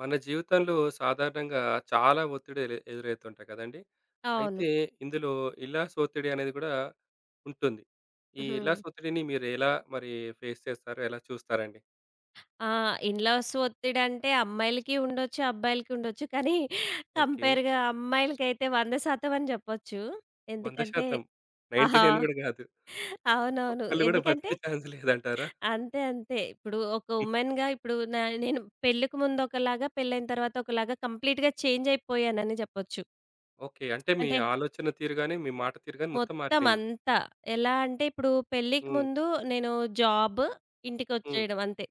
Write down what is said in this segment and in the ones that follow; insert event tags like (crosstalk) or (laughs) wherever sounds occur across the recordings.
మన జీవితంలో సాధారణంగా చాలా ఒత్తిడి ఎదురవుతుంటాయి కదండి. అవును. అయితే ఇందులో ఇల్లాస్ ఒత్తిడి అనేది కూడా ఉంటుంది. ఈ హ్మ్. ఇల్లాస్ ఒత్తిడిని మీరు ఎలా మరి ఫేస్ చేస్తారు, ఎలా చూస్తారండి? ఆ! ఇన్‌లాస్ ఒత్తిడంటే అమ్మాయిలకి ఉండొచ్చు, అబ్బాయిలకి ఉండొచ్చు. కానీ ఓకే, కంపేర్‌గా అమ్మాయిలకైతే 100% అని చెప్పొచ్చు. వంద ఎందుకంటే శాతం, నైంటీ ఆహా! నైన్ కూడా కాదు, అవునవును. ఒక్కళ్ళు కూడా ఎందుకంటే బతికే ఛాన్స్ లేదంటారా? అంతే అంతే. ఇప్పుడు ఒక వుమెన్‌గా ఇప్పుడు నేను పెళ్ళికి ముందు ఒకలాగా, పెళ్ళైన తర్వాత ఒకలాగా కంప్లీట్‌గా చేంజ్ అయిపోయానని చెప్పొచ్చు. ఓకే, అంటే మీ అంటే ఆలోచన తీరు కానీ, మీ మాట తీరు కానీ మొత్తం మొత్తం మారిపోయింది. అంతా. ఎలా అంటే ఇప్పుడు పెళ్ళికి ఉమ్, ముందు నేను జాబ్, ఉమ్, ఇంటికొచ్చేయడం అంతే.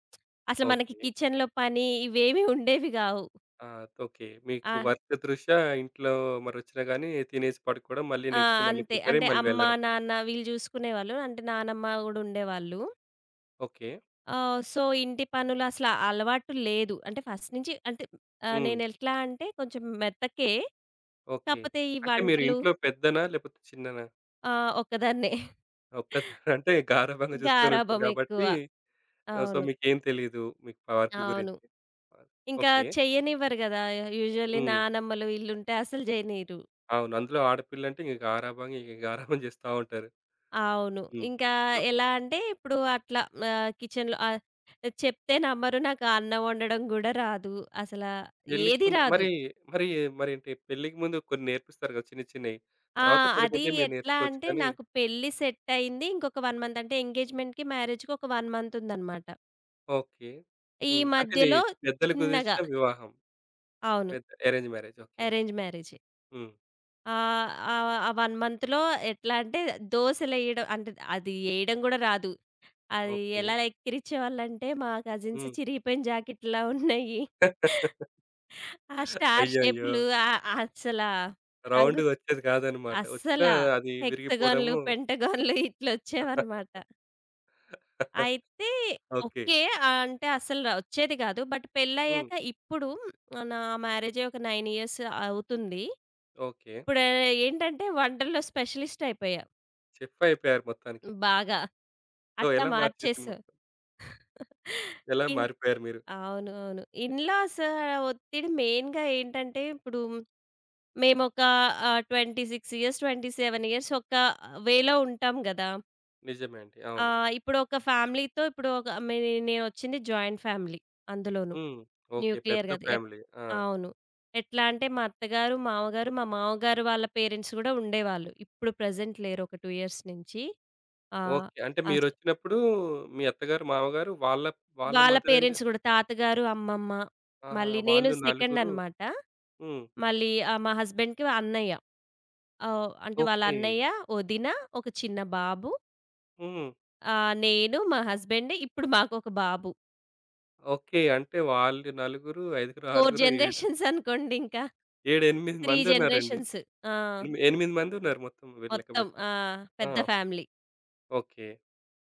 అసలు మనకి ఓకే. కిచెన్‌లో పని ఇవేమి ఉండేవి గావు. ఆ, ఓకే, ఆ! మీకు వర్క్ దృష్ట్యా ఇంట్లో మరి వచ్చినా కానీ తినేసి పడుకోవడం, మళ్ళీ ఆ! నెక్స్ట్ మళ్ళీ అంతే. ప్రిపేర్ అంటే అయ్యి మళ్ళీ అమ్మ, వెళ్ళడం. నాన్న వీళ్ళు చూసుకునేవాళ్ళు. అంటే నానమ్మ గూడా ఉండేవాళ్ళు. ఓకే. సో, ఇంటి పనులు అసల అలవాటు లేదు. అంటే ఫస్ట్ నుంచి అంటే హ్మ్. నేనెట్లా అంటే కొంచెం మెత్తకే. ఓకే. కాపోతే ఈ అంటే మీరు వంటలు ఇంట్లో పెద్దనా? లేపోతే చిన్ననా? ఒక్కదాన్నే. ఒక్కదానా? (laughs) అంటే గారాబంగా చూసుకొనుంటారు గారాబం ఎక్కువ. కాబట్టి ఆహ్, సో, అవును. మీకేం తెలీదు మీకు వర్క్ అవును. గురించి. ఇంకా ఓకే. చెయ్యనివ్వరు గదా! యూజువల్లీ హ్మ్. నానమ్మలు ఈళ్ళుంటే అసలు జేయనీరు. అవును, అందులో ఆడపిల్లంటే ఇంక గారాబంగా, ఇగ గారాబం చేస్తా ఉంటారు. అవును. హ్మ్. ఇంకా ఓకే. ఎలా అంటే ఇప్పుడు అట్లా కిచెన్‌లో చెప్తే నమ్మరు. నాకు అన్నం వండడం గూడా రాదు. అసల పెళ్ళికి ఏది ముందు మరి, రాదు. మరి, మరేంటి పెళ్ళికి ముందు కొన్ని నేర్పిస్తారు కదా! చిన్న చిన్నయి. ఆ! తర్వాత పెద్ద అది పెద్దయి మీరు ఎట్లా నేర్చుకోవచ్చు అంటే కానీ నాకు పెళ్లి సెట్ అయింది. ఇంకొక 1 మంత్ అంటే ఎంగేజ్‌మెంట్‌కి, మ్యారేజ్‌కి ఒక 1 మంత్ ఉందన్నమాట. ఓకే. ఈ హ్మ్. అంటే ఇది మధ్యలో పెద్దలు చిన్నగా కుదిర్చిన వివాహం, అవును. పెద్ద అరేంజ్ మ్యారేజ్. ఓకే. అరేంజ్ మ్యారేజే. హ్మ్. ఆహ్, ఆ! ఆ 1 మంత్‌లో ఎట్లా అంటే దోసెలేయడం అంటే అది ఏయడం గూడా రాదు. అది ఓకే. ఎలా ఎక్కిరిచ్చేవాళ్ళంటే, మా కజిన్స్ హ్మ్. చిరిగిపోయిన జాకెట్‌లా ఉన్నాయి. (laughs) ఆ స్టార్ అయ్యయ్యో! షేపులు అసలా రంగు రౌండ్‌గొచ్చేది కాదనమాట. అస్సల వచ్చినా అది హెక్సాగాన్‌లు, విరిగిపోవడము. పెంటగాన్‌లు ఇట్లొచ్చేవన్నమాట. (laughs) అయితే ఓకే. ఓకే. అంటే అసలు ర వచ్చేది కాదు. బట్ హ్మ్. పెళ్లయ్యాక ఇప్పుడు నా మ్యారేజ్ అయ్యి ఒక 9 ఇయర్స్ అవుతుంది. ఓకే. ఇప్పుడు ఏంటంటే వంటల్లో స్పెషలిస్ట్ అయిపోయా చెఫ్ అయిపోయారు మొత్తానికి. బాగా. సో, అట్లా ఎలా మార్చేసింది మార్చేసా. మొత్తం? ఎలా ఇది మారిపోయారు మీరు? అవును. అవును. ఇన్‌లాస్ ఒత్తిడి మెయిన్‌గా ఏంటంటే, ఇప్పుడు మేమొక 26 ఇయర్స్, 27 ఇయర్స్ ఒక వేలో ఉంటాం గదా! నిజమే అండి, అవును. ఇప్పుడు ఒక ఫ్యామిలీతో ఇప్పుడు ఒక మే నేనొచ్చింది జాయింట్ ఫ్యామిలీ. అందులోను హ్మ్. ఓకే, న్యూక్లియర్ పెద్ద గాదు. ఫ్యామిలీ. ఆ! అవును. ఎట్లా అంటే మా అత్తగారు, మామగారు, మా మామగారు వాళ్ళ పేరెంట్స్ గూడా ఉండేవాళ్ళు. ఇప్పుడు ప్రెజెంట్ లేరు ఒక 2 ఇయర్స్ నుంచి. ఆహ్, ఓకే, అంటే అస్ మీరొచ్చినప్పుడు మీ అత్తగారు, మామగారు, వాళ్ళ వాళ్ళ వాళ్ళ మదర్ అండ్ పేరెంట్స్ గూడా తాతగారు, అమ్మమ్మ ఆహ్, మళ్ళీ నేను వాళ్ళు సెకండ్ నలుగురు. అనమాట. హ్మ్. మళ్ళీ మా హస్బెండ్‌కి అన్నయ్య. అంటే వాళ్ళ ఓకే. అన్నయ్య, వదిన, ఒక చిన్న బాబు, హ్మ్. నేను, మా హస్బెండ్ ఇప్పుడు మాకొక బాబు. ఓకే. అంటే వాళ్ళు నలుగురు, ఐదుగురు, 4 ఆరుగురు, ఏడు, జనరేషన్స్ అనుకోండి ఇంకా. 7, 8 3 మందున్నారండి. జనరేషన్స్. ఆ! ఎనిమి 8 మందున్నారు మొత్తం వీళ్ళు మొత్తం లెక్కపెడితే. ఆ! పెద్ద ఫ్యామిలీ. ఓకే.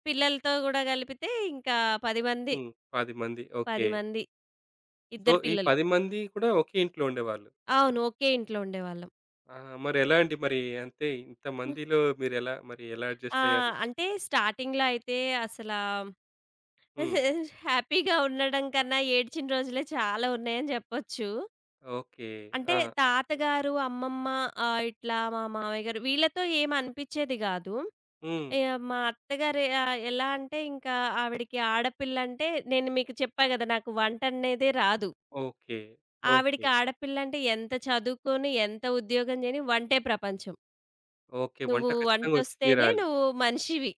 పిల్లలతో గూడా గలిపితే ఇంకా 10 మంది. హ్మ్. 10 మంది. ఓకే. 10 మంది. సో, ఇద్దరు ఈ పిల్లలు. 10 మంది కూడా ఒకే ఇంట్లో ఉండేవాళ్ళు. అవును. ఒకే ఇంట్లో ఉండేవాళ్ళం. ఆహ్, మరెలా అండి మరి, అంటే ఇంతమందిలో మీరెలా మరి ఎలా ఆ! అడ్జస్ట్ అయ్యారు? అంటే స్టార్టింగ్‌లో అయితే అసలా హ్మ్. (laughs) హ్యాపీగా ఉండడం కన్నా ఏడ్చిన రోజులే చాలా ఉన్నాయని జెప్పొచ్చు. ఓకే. అంటే ఆ! తాతగారు, అమ్మమ్మ ఇట్లా మా మామయ్య గారు వీళ్ళతో ఏమి అనిపిచ్చేది గాదు. హ్మ్. మా అత్తగారు ఎలా అంటే ఇంకా ఆవిడకి ఆడపిల్లంటే నేను మీకు చెప్పా గదా! నాకు వంటనేదే రాదు. ఓకే. ఓకే. ఆవిడకి ఆడపిల్లంటే ఎంత చదువుకొని, ఎంత ఉద్యోగం జేయని వంటే ప్రపంచం. ఓకే, వంట నువ్వు ఖచ్చితంగా వచ్చి వంటొస్తేనే తీరాలి. నువ్వు మనిషివి.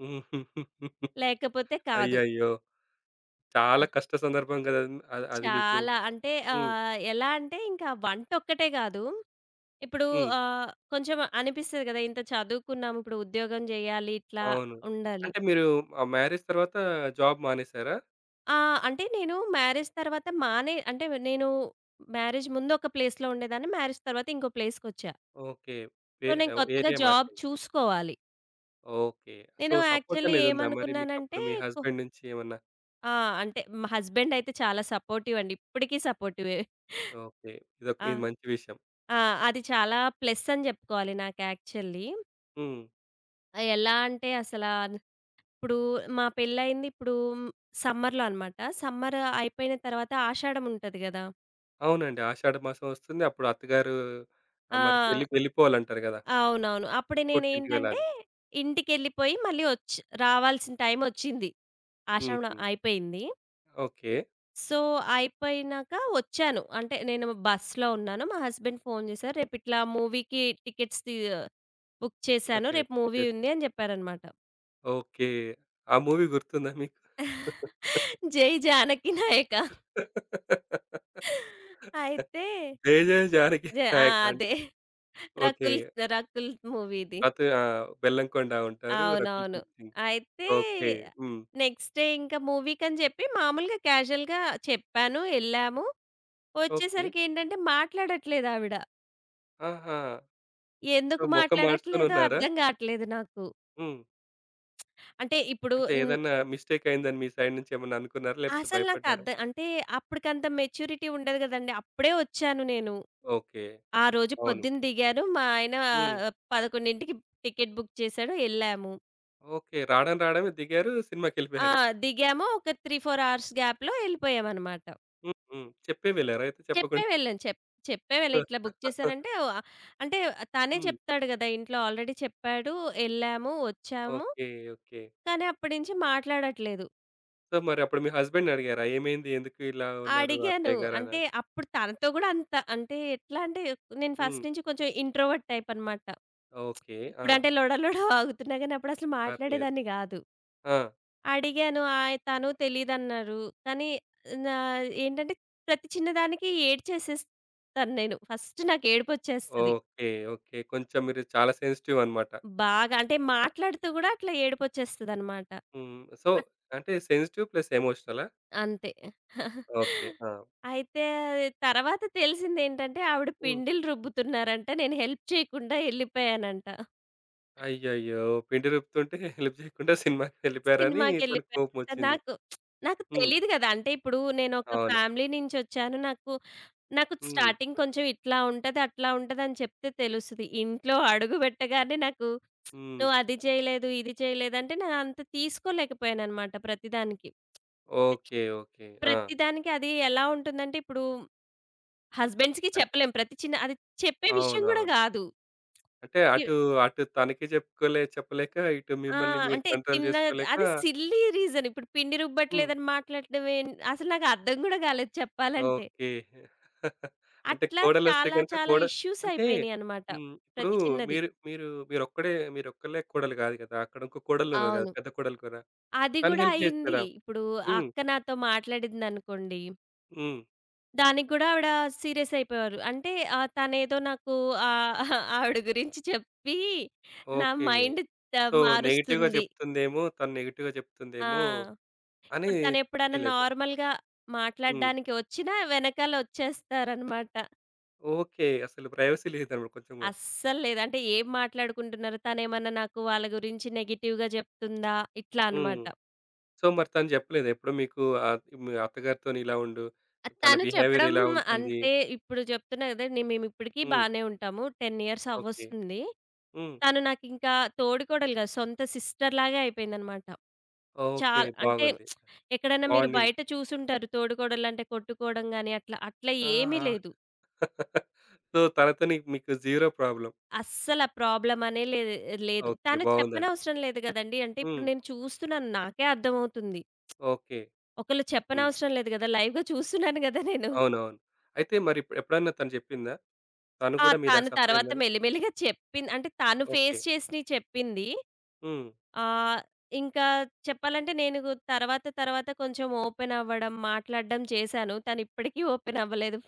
హ్మ్. (laughs) లేకపోతే కాదు. అయ్యయ్యో! చాలా కష్ట సందర్భం కదండీ! అది అది అది మీకు. చాలా అంటే హ్మ్. ఎలా అంటే ఇంకా వంటొక్కటే గాదు ఇప్పుడు హ్మ్. కొంచెం అనిపిస్తది గదా! ఇంత చదువుకున్నాము. ఇప్పుడు ఉద్యోగం జేయాలి. ఇట్లా అవును. ఉండాలి. అంటే మీరు ఆ మ్యారేజ్ తర్వాత జాబ్ మానేసారా? ఆ! అంటే నేను మ్యారేజ్ తర్వాత మానే అంటే నేను మ్యారేజ్ ముందు ఒక ప్లేస్‌లో ఉండేదాన్ని. మ్యారేజ్ తర్వాత ఇంకో ప్లేస్‌కొచ్చా. ఓకే, సో, వేరే నేను కొత్తగా ఏరియా జాబ్ మార్పింది. చూసుకోవాలి. ఓకే. సో, నేను సపోర్ట్ యాక్చువల్లీ అనేదుందా మరి ఏమనుకున్నానంటే మీకప్పుడు మీ కొ హస్బెండ్ నుంచి ఏమన్నా? ఆ! అంటే మా హస్బెండ్ అయితే చాలా సపోర్టివ్ అండి. ఇప్పటికి సపోర్టివే. ఓకే, ఇదొక ఆ! ఇది మంచి విషయం. ఆ! అది చాలా ప్లస్ అని జెప్పుకోవాలి నాకు యాక్చువల్లీ. హ్మ్. ఎలా అంటే అసలా ఇప్పుడు మా పెళ్ళయింది. ఇప్పుడు సమ్మర్‌లో అనమాట. సమ్మర్ అయిపోయిన తర్వాత ఆషాఢం ఉంటది గదా! అవునండి, ఆషాఢ మాసం వస్తుంది. అప్పుడు అత్తగారు ఆహ్, మరి ఆ! పెళ్లి వెళ్ళిపోవాలంటారు గదా! అవునవును. అప్పుడు పుట్టింటికి నేనేంటంటే వెళ్ళాలి. ఇంటికెళ్ళిపోయి మళ్ళీ ఒచ్ రావాల్సిన టైమొచ్చింది. ఆషాఢం హుహు. అయిపోయింది. ఓకే. సో, అయిపోయినాక ఒచ్చాను. అంటే నేను బస్‌లో ఉన్నాను. మా హస్బెండ్ ఫోను జేశారు. "రేపిట్లా మూవీకి టికెట్స్ తీ బుక్ చేశాను. ఓకే. రేపు మూవీ చెస్ ఉంది" అని జెప్పారనమాట. ఓకే. ఆ మూవీ గుర్తుందా మీకు? జై జానకి నాయక. అయితే 'జై జై జానకి జ ఆ! నాయక' అదే. అంటే ఓకే. రకుల్ రకుల్ మూవీది. అత్ ఆ! బెల్లంకొండ ఉంటారు, రకుల్ అవునవును. ప్రీత్ సింగ్. అయితే ఓకే. హ్మ్. నెక్స్ట్ డే ఇంకా మూవీకని చెప్పి మామూలుగా క్యాజువల్‌గా చెప్పాను. ఎళ్ళాము. ఓకే. వచ్చేసరికేంటంటే మాట్లాడట్లేదావిడ. ఆహా! సో, ఎందుకు మొఖం మాట్లాడట్లేదో మాడ్చుకొనున్నారా? అర్థం గాట్లేదు నాకు. హ్మ్. అంటే ఇప్పుడు అంటే హ్మ్. ఏదన్నా మిస్టేక్ అయిందని మీ సైడ్ నుంచి ఏమన్నా అనుకున్నారా? లేకపోతే అసలు భయపడ్డారా? నాకర్థం అంటే అప్పటికంత మెచ్యూరిటీ ఉండదు గదండీ. అప్పుడే వచ్చాను నేను. ఓకే. ఆ రోజు అవును. పొద్దున దిగాను. మా ఆయన హ్మ్. 11కి టికెట్ బుక్ చేశాడు. ఎళ్ళాము. ఓకే. రావడం రావడమే దిగారు, ఆ! సినిమాకెళ్ళిపోయారు. దిగాము. ఒక 3, 4 అవర్స్ గ్యాప్‌లో ఎళ్ళిపోయామనమాట. హ్మ్. హ్మ్. చెప్పే వెళ్లారా అయితే చెప్పే చెప్పకుండా? వెళ్ళాం. చెప్పే వెళ్ళాం. ఇట్లా బుక్ (laughs) చేశారంటే అంటే తనే హ్మ్. చెప్తాడు గదా! ఇంట్లో ఆల్రెడీ చెప్పాడు. ఎళ్ళాము, వచ్చాము. ఓకే. ఓకే. కానీ అప్పటి నుంచి మాట్లాడట్లేదు. సో, మరప్పుడు మీ హస్బెండ్‌నడిగారా? ఏమైంది? ఎందుకు ఇలా ఉన్నారు అడిగాను. అత్తయ్య అంటే గారనంటే? అప్పుడు తనతో గూడా అంత అంటే ఎట్లా అంటే నేను హ్మ్. ఫస్ట్ నుంచి కొంచెం ఇంట్రోవర్ట్ టైప్ అనమాట. ఓకే. ఆ! ఇప్పుడంటే లొడ లొడ (laughs) వాగుతున్నా గానీ అప్పుడసలు పర్లేదు. మాట్లాడేదాన్ని గాదు. ఆ! అడిగాను. తను తెలీదన్నారు. కానీ నా ఏంటంటే ప్రతి చిన్నదానికి ఏడ్చేసేస్తాను నేను. ఫస్ట్ నాకు ఏడుపొచ్చేస్తది. ఓకే. ఓకే, కొంచెం మీరు చాలా సెన్సిటివ్ అన్నమాట. బాగా అంటే మాట్లాడుతూ గూడా అట్లా ఏడుపొచ్చేస్తదనమాట. హ్మ్. సో, అట్ అంటే సెన్సిటివ్ ప్లస్ ఎమోషనలా? అంతే. ఓకే. ఆ! అయితే తర్వాత తెలిసిందేంటంటే ఆవిడ హ్మ్. పిండిలు రుబ్బుతున్నారంట. నేను హెల్ప్ చేయకుండా ఎళ్ళిపోయానంట. అయ్యయ్యో! పిండి రుబ్బుతుంటే హెల్ప్ చేయకుండా సినిమాకి వెళ్ళిపోయారని తనకు సినిమాకెళ్ళిపోయాక కోపమొచ్చింది. నాకు నాకు హ్మ్. తెలీదు గదా! అంటే ఇప్పుడు నేనొక అవును. ఫ్యామిలీ నుంచొచ్చాను. నాకు నాకు హ్మ్. స్టార్టింగ్ కొంచెం ఇట్లా ఉంటది, అట్లా ఉంటదని చెప్తే తెలుస్తది. ఇంట్లో అడుగు పెట్టగానే నాకు హ్మ్. నువ్వు అది చేయలేదు, ఇది చేయలేదు అంటే నేను అంత తీసుకోలేకపోయాననమాట ప్రతిదానికి. ఓకే. ఓకే. ఆ! ప్రతిదానికి అది ఎలా ఉంటుందంటే ఇప్పుడు హస్బెండ్స్‌కి అంటే చెప్పలేం. ప్రతి చిన్న అది చెప్పే విషయం గూడా అవునవును. గాదు. అంటే అటు అటు తనకి చెప్పుకోలే చెప్పలేక ఇటు ఆ! మిమ్మల్ని మీరు అంటే కంట్రోల్ చిన్న చేసుకోలేక అది సిల్లీ రీజన్. ఇప్పుడు పిండి హ్మ్. రుబ్బట్లేదని మాట్లాడడం అసలు నాకు అర్థం గూడా గాలేదు చెప్పాలంటే. ఓకే. (laughs) అంటే అట్లా కోడలొస్తే చాలా గనుక చాలా కోడ ఇష్యూస్ అంటే అయిపోయినియనమాట. హ్మ్. ఇప్పుడు ప్రతి చిన్నది. మీరు మీరు మీరొక్కడే మీరొక్కళ్ళే కోడలు కాదు కదా! అక్కడ ఇంకో కోడలున్నది కదా, అవును. పెద్ద కోడలు కూడా. అది తను గూడా హెల్ప్ చేయొచ్చు అయింది. కదా! ఇప్పుడు ఆ హ్మ్. అక్క నాతో మాట్లాడిందనుకోండి, హ్మ్. దానికి గూడా ఆవిడ సీరియస్ అయిపోయేవారు. అంటే తనేదో నాకు ఆహ్, ఆవిడ గురించి చెప్పి, నా ఓకే. మైండ్ త సో, నెగెటివ్‌గా మారుస్తుంది. చెప్తుందేమో, తను నెగెటివ్‌గా ఆ! చెప్తుందేమో అని ఇప్పుడు తనెప్పుడన్నా ఫీల్ అయిపోయారు. నార్మల్‌గా హ్మ్. మాట్లాడడానికి వచ్చినా వెనకాల వచ్చేస్తారనమాట. ఓకే. అసలు ప్రైవసీ లేదన్నమాట కొంచెం గూడా. అస్సలు లేదు. అంటే ఏం మాట్లాడుకుంటున్నారు? తనేమన్నా నాకు వాళ్ళ గురించి నెగెటివ్‌గా చెప్తుందా? ఇట్లా హ్మ్. అనమాట. సో, మరి తను చెప్పలేదా ఎప్పుడూ మీకు ఆహ్, మీ అత్తగారితోని ఇలా ఉండు, ఆహ్, తన తను బిహేవియర్ చెప్పడం ఇలా ఉంటుంది. అంటే ఇప్పుడు చెప్తున్నా కదా! మేమిప్పటికి హ్మ్. బానే ఉంటాము. 10 ఇయర్స్ ఓకే. అవ్వొస్తుంది. హ్మ్. తను నాకింకా తోడికోడలు కాదు. సొంత సిస్టర్‌లాగే అయిపోయిందనమాట. ఓకే, చాల్ అంటే బాగుంది. (tsk) ఎక్కడైనా మీరు బాండింగ్. బయట చూసుంటారు. తోడికోడలంటే కొట్టుకోవడం గాని అట్లా. అట్లా ఏమీ ఆహా! లేదు. సో, తనతోని మీకు జీరో ప్రాబ్లమ్. అస్సల ప్రాబ్లమనే లే లేదు. ఓకే, తను బావుందండి. చెప్పనవసరం లేదు గదండీ! అంటే ఇప్పుడు హ్మ్. నేను చూస్తున్నాను నాకే అర్థమవుతుంది. ఓకే. ఒకళ్ళు హ్మ్. చెప్పనవసరం లేదు గదా! లైవ్‌గా చూస్తున్నాను గదా నేను. అవునవును. అయితే మరి ఎప్పుడన్నా తను చెప్పిందా? తను ఆ! కూడా మీలాగా తను సఫర్ తర్వాత అయిందని? మెల్లిమెల్లిగా చెప్పింది. అంటే తను ఓకే. ఫేస్ చేసినయి చెప్పింది. హ్మ్. ఆహ్, ఇంకా చెప్పాలంటే నేను తర్వాత తర్వాత కొంచెం ఓపెన్ అవ్వడం, మాట్లాడడం చేశాను. తను ఇప్పటికీ ఓపెన్ అవ్వలేదు.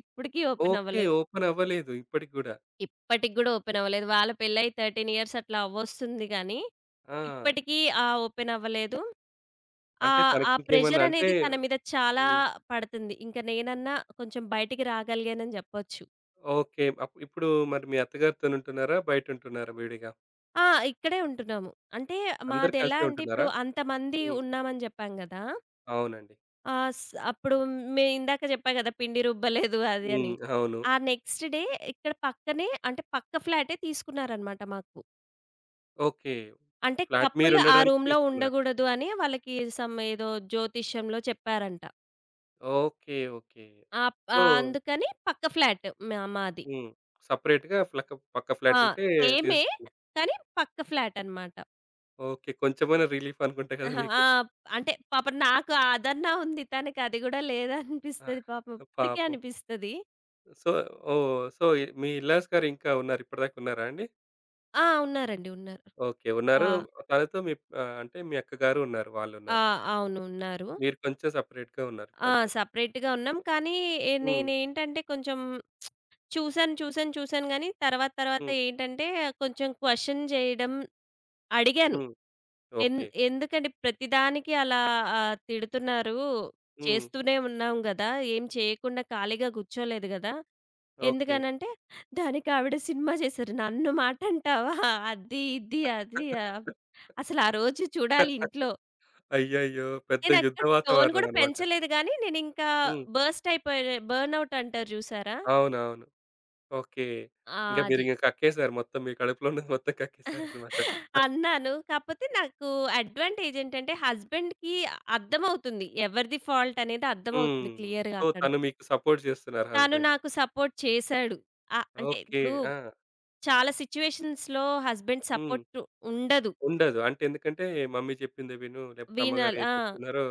ఇప్పటికీ ఓపెన్ ఓకే. అవ్వలేదు. ఓపెన్ అవ్వలేదు ఇప్పటికి గూడా. ఇప్పటికి గూడా ఓపెన్ అవ్వలేదు. వాళ్ళ పెళ్లయి 13 ఇయర్స్ అట్లా అవ్వొస్తుంది గానీ, ఆ! ఇప్పటికీ ఓపెన్ అవ్వలేదు. ఆ! అంటే ఆ తనకింకేమన్నా అంటే ప్రెషరనేది తన మీద చాలా హ్మ్. పడతంది. ఇంక నేనన్నా కొంచెం బయటికి రాగలిగానని జెప్పొచ్చు. ఓకే. ఇప్పుడు మరి మీ అత్తగారితోనుంటున్నారా? బయటుంటున్నారా విడిగా? ఆ! ఇక్కడే ఉంటున్నాము. అంటే అందరూ మాదెలా కలిసే అంటే ఉంటున్నారా? ఇప్పుడు అంతమంది హ్మ్. ఉన్నామని జెప్పాం గదా! అవునండి. ఆహ్, స్ అప్పుడు ఇందాక జెప్పా గదా! పిండి రుబ్బలేదు అది హ్మ్. అని. అవును. ఆ నెక్స్ట్ డే ఇక్కడ పక్కనే అంటే పక్క ఫ్లాటే తీసుకున్నారనమాట మాకు. ఓకే. అంటే ఫ్లాట్ కపుల్ ఆ మీరుండడానికి రూమ్‌లో తీసుకున్నారు. ఉండగూడదు అని వాళ్ళకి సమ్ ఏదో జ్యోతిష్యంలో చెప్పారంట. ఓకే. ఓకే. సో అందుకని పక్క ఫ్లాట్ మాది. హ్మ్. సెపరేట్‌గా ఫ్లక పక్క ఆ! ఫ్లాటుంటే సేమే. తీసుకున్నారు. కానీ పక్క ఫ్లాటనమాట. ఓకే, కొంచెమన్నా రిలీఫ్ అనుకుంటా కదా అహా! మీకు. ఆ! అంటే పాపం నాకు అదన్నా ఉంది. తనకి అది గూడా ఆ! లేదనిపిస్తది పాపం. ఇప్పటికి పాపం. అనిపిస్తది. సో ఓహ్! సో, మీ ఇల్లాస్ గారు ఇంకా ఉన్నారు. ఇప్పటిదాకా ఉన్నారా అండి? ఆ! ఉన్నారండి. ఉన్నారు. ఓకే, ఆ! ఉన్నారు. తనతో మీ ఆహ్, అంటే మీ అక్కగారు ఉన్నారు, ఆ! వాళ్ళున్నారు. అవును. ఉన్నారు. మీరు కొంచెం సెపరేట్‌గా ఉన్నారు ఆ! ఇప్పుడంతే. సెపరేట్‌గా ఉన్నాం. కానీ ఏ హ్మ్. నేనేంటంటే కొంచెం చూసాను గానీ తర్వాత తర్వాత హ్మ్. ఏంటంటే కొంచెం క్వెషన్ చేయడం అడిగాను. హ్మ్. ఎన్ ఓకే. ఎందుకండి ప్రతిదానికి అలా తిడుతున్నారు. హ్మ్. చేస్తూనే ఉన్నాం గదా! ఏం చేయకుండా ఖాళీగా కూర్చోలేదు గదా! ఓకే. ఎందుకనంటే, "దానికి ఆవిడ సినిమా చేశారు. నన్ను మాట అంటావా? అది, ఇది, అది ఆహ్, (laughs) అసలు ఆ రోజు చూడాలి ఇంట్లో." అయ్యయ్యో! పెద్ద యుద్ధ నేనక్కడ టోన్ వాతావరణం గూడా అన్నమాట. పెంచలేదు గానీ, నేనింకా హ్మ్. బర్స్ట్ అయిపోయా బర్న్ ఔట్ అంటారు జూసారా? అవునవును. ఓకే, ఆ! ఇంక అది. మీరింక కక్కేసారు. మొత్తం మీ కడుపులో ఉన్నది మొత్తం కక్కేసారన్నమాట. అన్నాను. కాపోతే నాకు అడ్వాంటేజ్ ఏంటంటే, హస్బెండ్‌కి అర్థమవుతుంది. ఎవరిది ఫాల్ట్ అనేది హ్మ్. అర్థమవుతుంది క్లియర్‌గా సో, అక్కడ. తను మీకు సపోర్ట్ చేస్తున్నారు తను హస్బెండ్. నాకు సపోర్ట్ చేశాడు. అంటే ఓకే. ఇప్పుడు ఆ! చాలా సిట్యుయేషన్స్‌లో హస్బెండ్ హ్మ్. సపోర్ట్ ఉండదు. ఉండదు. అంటే ఎందుకంటే మమ్మీ చెప్పిందే విను, లేకపోతే అమ్మగారు వినాలి. ఏది చెప్తున్నారో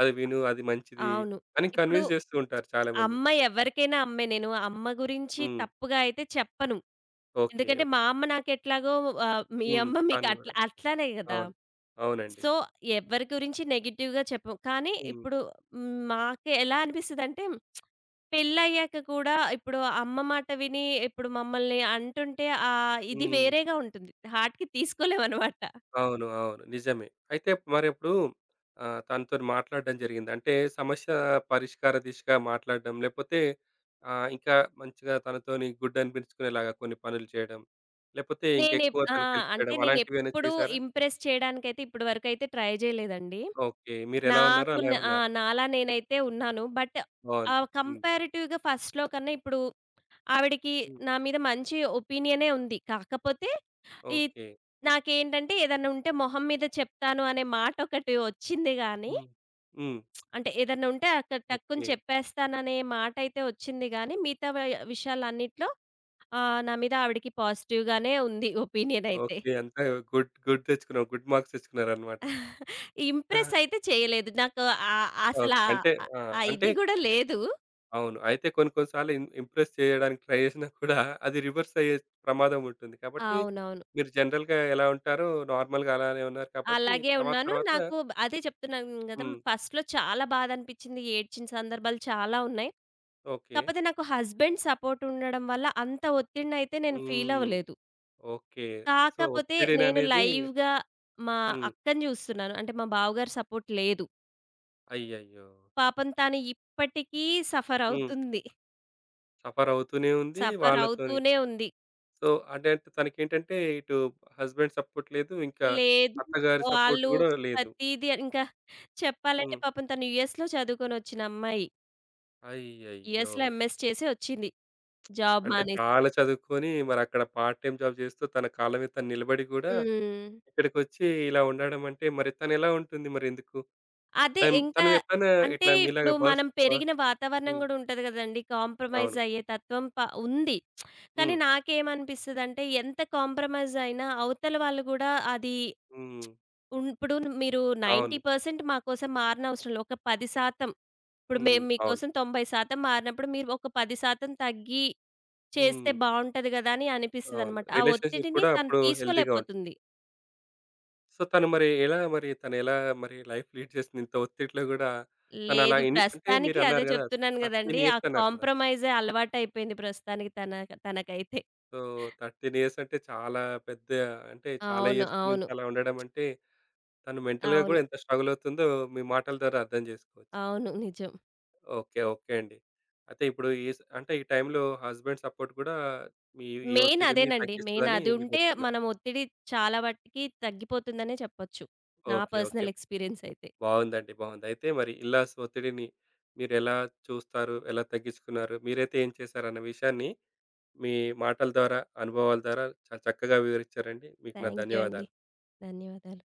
అది విను, అది మంచిది అవును. అని ఇప్పుడు కన్విన్స్ చేస్తూ ఉంటారు చాలామంది. అమ్మ ఎవరికైనా అమ్మే. నేను అమ్మ గురించి హ్మ్. తప్పుగా అయితే చెప్పను. ఓకే. ఎందుకంటే ఓకే. మా అమ్మ నాకెట్లాగో మీ హ్మ్. అమ్మ మీకు తను గూడా. అట్లా అట్లానే గదా! అవును. అవునండి. సో, ఎవ్వరి గురించి నెగెటివ్‌గా చెప్పం. కానీ హ్మ్. ఇప్పుడు హ్మ్, మాకు ఎలా అనిపిస్తదంటే పెళ్లయ్యాక కూడా ఇప్పుడు అమ్మ మాట విని ఇప్పుడు మమ్మల్ని అంటుంటే ఇది హ్మ్. వేరేగా ఉంటుంది. హార్ట్‌కి తీసుకోలేమనమాట. అవును, అవును, నిజమే. అయితే మరప్పుడు ఆహ్, తనతోని మాట్లాడడం జరిగిందా? అంటే సమస్య పరిష్కార దిశగా మాట్లాడడం, లేకపోతే ఆహ్, ఇంకా మంచిగా తనతోని గుడ్ అనిపించుకునేలాగా కొన్ని పనులు చేయడం, లేకపోతే నేనెప్ ఇంకెక్కువ ఆ! తనకి హెల్ప్ అంటే చేయడం అలాంటివేమైనా నేనెప్పుడూ చేశారా? ఇంప్రెస్ చేయడానికైతే ఇప్పటి వరకైతే ట్రై జేయలేదండి. ఓకే, మీరెలా ఉన్నారో నాకు న అలాగే ఆ! ఉన్నారు. నాలా నేనైతే ఉన్నాను. బట్ బావుంది. హ్మ్. కంపారిటివ్‌గా ఫస్ట్‌లో కన్నా ఇప్పుడు ఆవిడకి హ్మ్. నా మీద మంచి ఒపీనియనే ఉంది. కాకపోతే ఈ ఓకే. నాకేంటంటే ఏదన్నా ఉంటే మొహం మీద చెప్తాను అనే మాటొకటి వచ్చింది గానీ, హ్మ్. హ్మ్. అంటే ఏదన్నా ఉంటే అక్కడ టక్కుని ఓకే. చెప్పేస్తాననే మాటైతే వచ్చింది గానీ, మిగతా విషయాలన్నిట్లో నా మీద ఆవిడకి పాజిటివ్‌గానే ఉంది ఒపీనియనయితే. ఓకే, అంతా గుడ్ గుడ్ తెచ్చుకున్నావు. గుడ్ మార్క్స్ తెచ్చుకున్నారన్నమాట. ఇంప్రెస్ అయితే చేయలేదు. నాకు ఆహ్, ఓకే. అసలా అంటే ఆహ్, ఆ! ఆ అంటే ఇది గూడా లేదు. అవును. అయితే కొన్ని కొన్ని సార్లు ఇంప్రెస్ చేయడానికి ట్రై చేసినా కూడా అది రివర్స్ అయ్యే ప్రమాదం ఉంటుంది. కాబట్టి అవునవును. మీరు జనరల్‌గా ఎలా ఉంటారో నార్మల్‌గా అలానే ఉన్నారు కాబట్టి అలాగే తర్వాత ఉన్నాను. తర్వాత నాకు అదే చెప్తున్నాను గదా! హ్మ్. ఫస్ట్‌లో చాలా బాధనిపించింది. ఏడ్చిన సందర్భాలు చాలా ఉన్నాయి. ఓకే. కాపోతే నాకు హస్బెండ్ సపోర్ట్ ఉండడం వల్ల అంత ఒత్తిడినైతే నేను ఫీల్ హ్మ్. అవ్వలేదు. ఓకే. సో, కాకపోతే నేను ఒత్తిడిననేది లైవ్‌గా మా హ్మ్. అక్కని జూస్తున్నాను. అంటే మా బావగారి సపోర్ట్ లేదు. అయ్యయ్యో! పాపం తను ఇప్పటికీ సఫర్ హ్మ్. అవుతుంది. సఫర్ అవుతూనే ఉంది సఫర్ వాళ్ళతోని. అవుతూనే ఉంది. సో, అంటే అంటే తనకేంటంటే ఇటు హస్బెండ్ సపోర్ట్ లేదు, ఇంకా లేదు అత్తగారి సపోర్ట్ వాళ్ళు గూడా లేదు. ప్రతీది ఇంకా చెప్పాలంటే హ్మ్. పాపం తను యూఎస్‌లో చదువుకొనొచ్చిన అమ్మాయి. అయ్యయ్యో! యూఎస్‌లో ఎంఎస్ చేసి ఒచ్చింది. జాబ్ అంటే మానేసి. చాలా చదువుకొని మరక్కడ పార్ట్ టైమ్ జాబ్ చేస్తూ తన కాళ్ళ మీద తను నిలబడి గూడా హ్మ్. ఇక్కడికొచ్చి ఇలా ఉండడం అంటే మరి తనెలా ఉంటుంది మరెందుకు? అదే తన్ తను ఇంకా తను ఎప్పుడైనా అంటే ఇట్లా ఇప్పుడు మీలాగా బస్ మనం బస్ పెరిగిన వాతావరణం హ్మ్. గూడా ఉంటది గదండీ! కాంప్రమైజ్ అవును. అయ్యే తత్వం ఉంది. కానీ హ్మ్. నాకేమనిపిస్తదంటే ఎంత కాంప్రమైజ్ అయినా అవతల వాళ్ళు గూడా అది హ్మ్. ఇప్పుడు మీరు అవును. 90% మా కోసం మారనవసరం లేదు. ఒక 10% ఇప్పుడు హ్మ్. మేము అవును. మీకోసం 90% మారినప్పుడు మీరు ఒక 10% తగ్గి చేస్తే హ్మ్. బావుంటది గదా! అని అవును, అనిపిస్తదనమాట. ఆ రిలేషన్‌షిప్ ఒత్తిడిని కూడా తను అప్పుడు హెల్తీగా తీసుకోలేకపోతుంది. సో, తను మరి ఎలా మరి లైఫ్ లీడ్ చేసింది? ఇంత ఒత్తిడిలో గూడా తనలా లేదు. ఎన్ని అంటే ప్రస్తుతానికి అదే మీరన్నారు గదా! చెప్తున్నాను 13 గదండీ. ఆ ఇయర్స్ అన్నారు కదా! కాంప్రమైజే అలవాటయిపోయింది ప్రస్తుతానికి తనకైతే. సో, 13 ఇయర్స్ అంటే చాలా పెద్ద, అంటే చాలా అవును. ఇయర్స్ నుంచి అవును. అలా ఉండడం అంటే తను మెంటల్‌గా గూడా అవును. ఎంత స్ట్రగుల్ అవుతుందో మీ మాటల ద్వారా అర్థం జేసుకోవచ్చు. అవును. నిజం. ఓకే. ఓకే అండి. అయితే ఇప్పుడు ఈ స్ అంటే ఈ టైంలో హస్బెండ్ సపోర్ట్ గూడా మీ ఈ మెయిన్ ఒత్తిడిని అదేనండి. మెయిన్ తగ్గిస్తదని అది మీరు ఉంటే జెప్తున్నారు. మనం ఒత్తిడి చాలా మటికి తగ్గిపోతుందనే చెప్పొచ్చు. నా ఓకే. ఓకే, పర్సనల్ ఎక్స్‌పీరియన్స్ అయితే. బాగుందండి, బాగుంది. అయితే మరి ఇల్లాస్ ఒత్తిడిని మీరెలా చూస్తారు? ఎలా తగ్గించుకున్నారు? మీరైతే ఏం చేశారన్న విషయాన్ని మీ మాటల ద్వారా, అనుభవాల ద్వారా చాలా చక్కగా వివరించారండి. మీకు నా థాంక్ యూ అండి. ధన్యవాదాలు. ధన్యవాదాలు.